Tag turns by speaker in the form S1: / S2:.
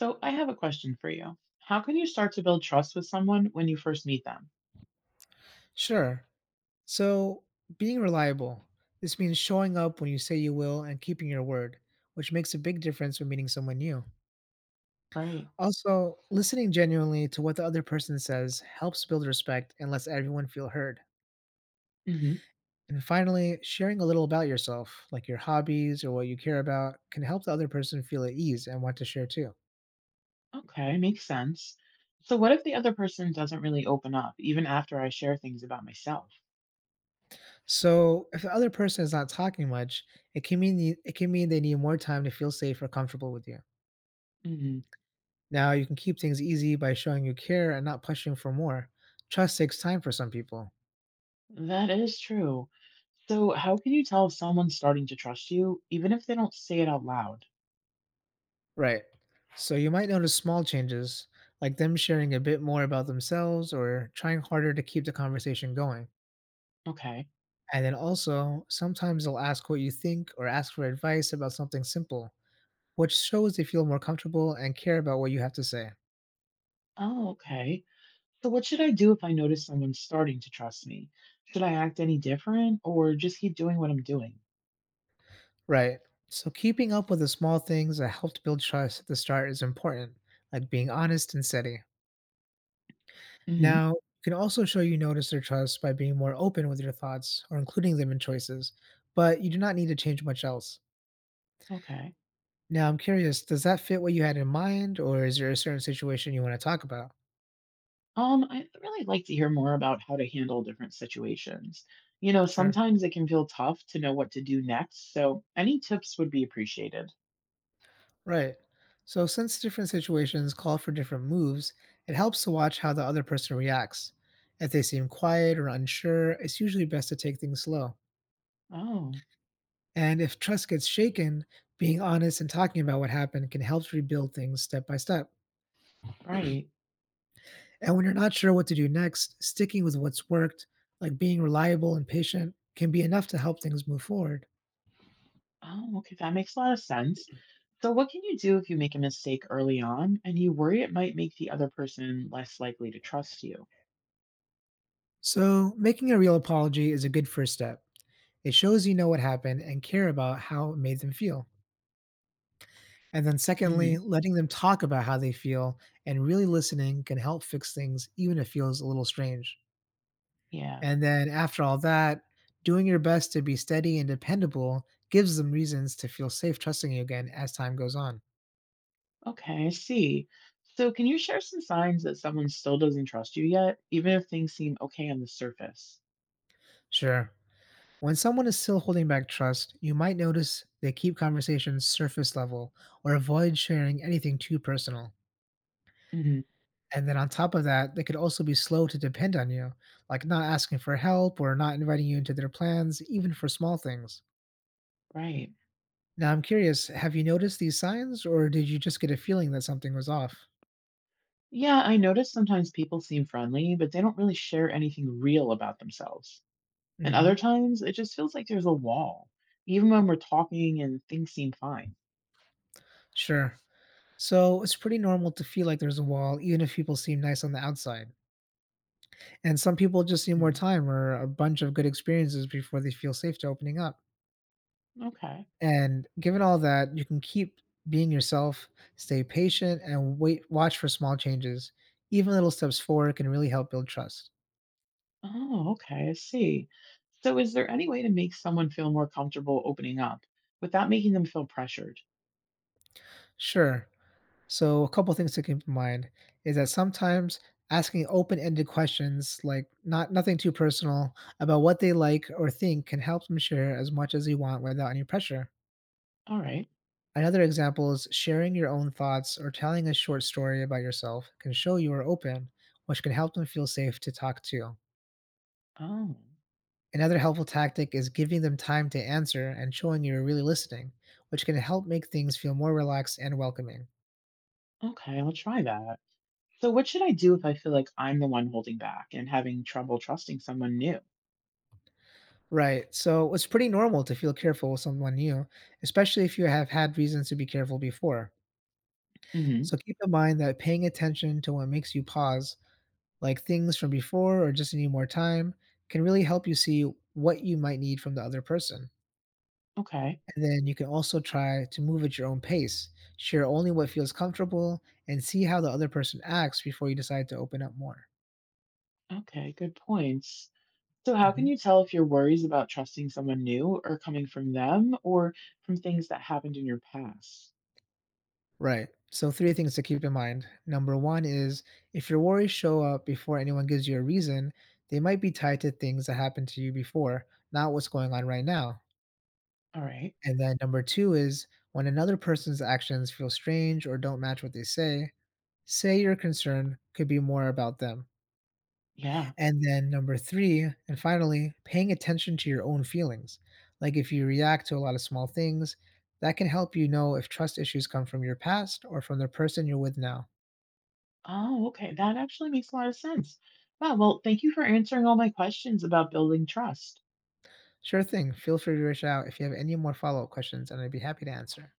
S1: So I have a question for you. How can you start to build trust with someone when you first meet them?
S2: Sure. So, being reliable, this means showing up when you say you will and keeping your word, which makes a big difference when meeting someone new.
S1: Right.
S2: Also, listening genuinely to what the other person says helps build respect and lets everyone feel heard.
S1: Hmm.
S2: And finally, sharing a little about yourself, like your hobbies or what you care about, can help the other person feel at ease and want to share too.
S1: Okay, makes sense. So what if the other person doesn't really open up, even after I share things about myself?
S2: So, if the other person is not talking much, it can mean they need more time to feel safe or comfortable with you.
S1: Mhm.
S2: Now you can keep things easy by showing you care and not pushing for more. Trust takes time for some people.
S1: That is true. So how can you tell if someone's starting to trust you, even if they don't say it out loud?
S2: Right. So you might notice small changes, like them sharing a bit more about themselves or trying harder to keep the conversation going.
S1: Okay.
S2: And then also, sometimes they'll ask what you think or ask for advice about something simple, which shows they feel more comfortable and care about what you have to say.
S1: Oh, okay. So what should I do if I notice someone's starting to trust me? Should I act any different or just keep doing what I'm doing?
S2: Right. So keeping up with the small things that helped build trust at the start is important, like being honest and steady.
S1: Hmm.
S2: Now, you can also show you notice their trust by being more open with your thoughts or including them in choices, but you do not need to change much else.
S1: Okay.
S2: Now, I'm curious, does that fit what you had in mind, or is there a certain situation you want to talk about?
S1: I'd really like to hear more about how to handle different situations. You know,
S2: Sure.
S1: sometimes it can feel tough to know what to do next, so any tips would be appreciated.
S2: Right. So, since different situations call for different moves, it helps to watch how the other person reacts. If they seem quiet or unsure, it's usually best to take things slow.
S1: Oh,
S2: And if trust gets shaken, being honest and talking about what happened can help rebuild things step by step.
S1: right.
S2: And when you're not sure what to do next, sticking with what's worked, like being reliable and patient, can be enough to help things move forward.
S1: Oh, okay, that makes a lot of sense. So, what can you do if you make a mistake early on and you worry it might make the other person less likely to trust you?
S2: So, making a real apology is a good first step. It shows you know what happened and care about how it made them feel. And then,
S1: Hmm.
S2: secondly, letting them talk about how they feel and really listening can help fix things, even if it feels a little strange.
S1: Yeah.
S2: And then, after all that, doing your best to be steady and dependable gives them reasons to feel safe trusting you again as time goes on.
S1: Okay, I see. So, can you share some signs that someone still doesn't trust you yet, even if things seem okay on the surface?
S2: Sure. When someone is still holding back trust, you might notice they keep conversations surface level or avoid sharing anything too personal.
S1: Hmm.
S2: And then on top of that, they could also be slow to depend on you, like not asking for help or not inviting you into their plans, even for small things.
S1: Right.
S2: Now, I'm curious, have you noticed these signs or did you just get a feeling that something was off?
S1: Yeah, I notice sometimes people seem friendly, but they don't really share anything real about themselves. And
S2: Hmm.
S1: other times, it just feels like there's a wall, even when we're talking and things seem fine.
S2: Sure. So it's pretty normal to feel like there's a wall, even if people seem nice on the outside. And some people just need more
S1: Mm.
S2: time or a bunch of good experiences before they feel safe to opening up.
S1: Okay.
S2: And given all that, you can keep being yourself, stay patient, and wait, watch for small changes. Even little steps forward can really help build trust.
S1: Oh, okay. I see. So, is there any way to make someone feel more comfortable opening up without making them feel pressured?
S2: Sure. So, a couple things to keep in mind is that sometimes asking open-ended questions, like not nothing too personal, about what they like or think can help them share as much as you want without any pressure.
S1: All right.
S2: Another example is sharing your own thoughts or telling a short story about yourself can show you are open, which can help them feel safe to talk to.
S1: Oh,
S2: Another helpful tactic is giving them time to answer and showing you're really listening, which can help make things feel more relaxed and welcoming.
S1: okay. I'll try that. So, what should I do if I feel like I'm the one holding back and having trouble trusting someone new?
S2: Right. So it's pretty normal to feel careful with someone new, especially if you have had reasons to be careful before.
S1: Hmm.
S2: So keep in mind that paying attention to what makes you pause, like things from before or just need more time, can really help you see what you might need from the other person.
S1: Okay.
S2: And then you can also try to move at your own pace, share only what feels comfortable, and see how the other person acts before you decide to open up more.
S1: Okay. Good points. So, how
S2: Hmm.
S1: can you tell if your worries about trusting someone new are coming from them or from things that happened in your past?
S2: Right. So, three things to keep in mind. Number one is if your worries show up before anyone gives you a reason, they might be tied to things that happened to you before, not what's going on right now.
S1: All right.
S2: And then number two is when another person's actions feel strange or don't match what they say, say your concern could be more about them.
S1: Yeah.
S2: And then number three, and finally, paying attention to your own feelings. Like, if you react to a lot of small things, that can help you know if trust issues come from your past or from the person you're with now.
S1: Oh, okay. That actually makes a lot of sense. Wow. Well, thank you for answering all my questions about building trust.
S2: Sure thing. Feel free to reach out if you have any more follow-up questions, and I'd be happy to answer.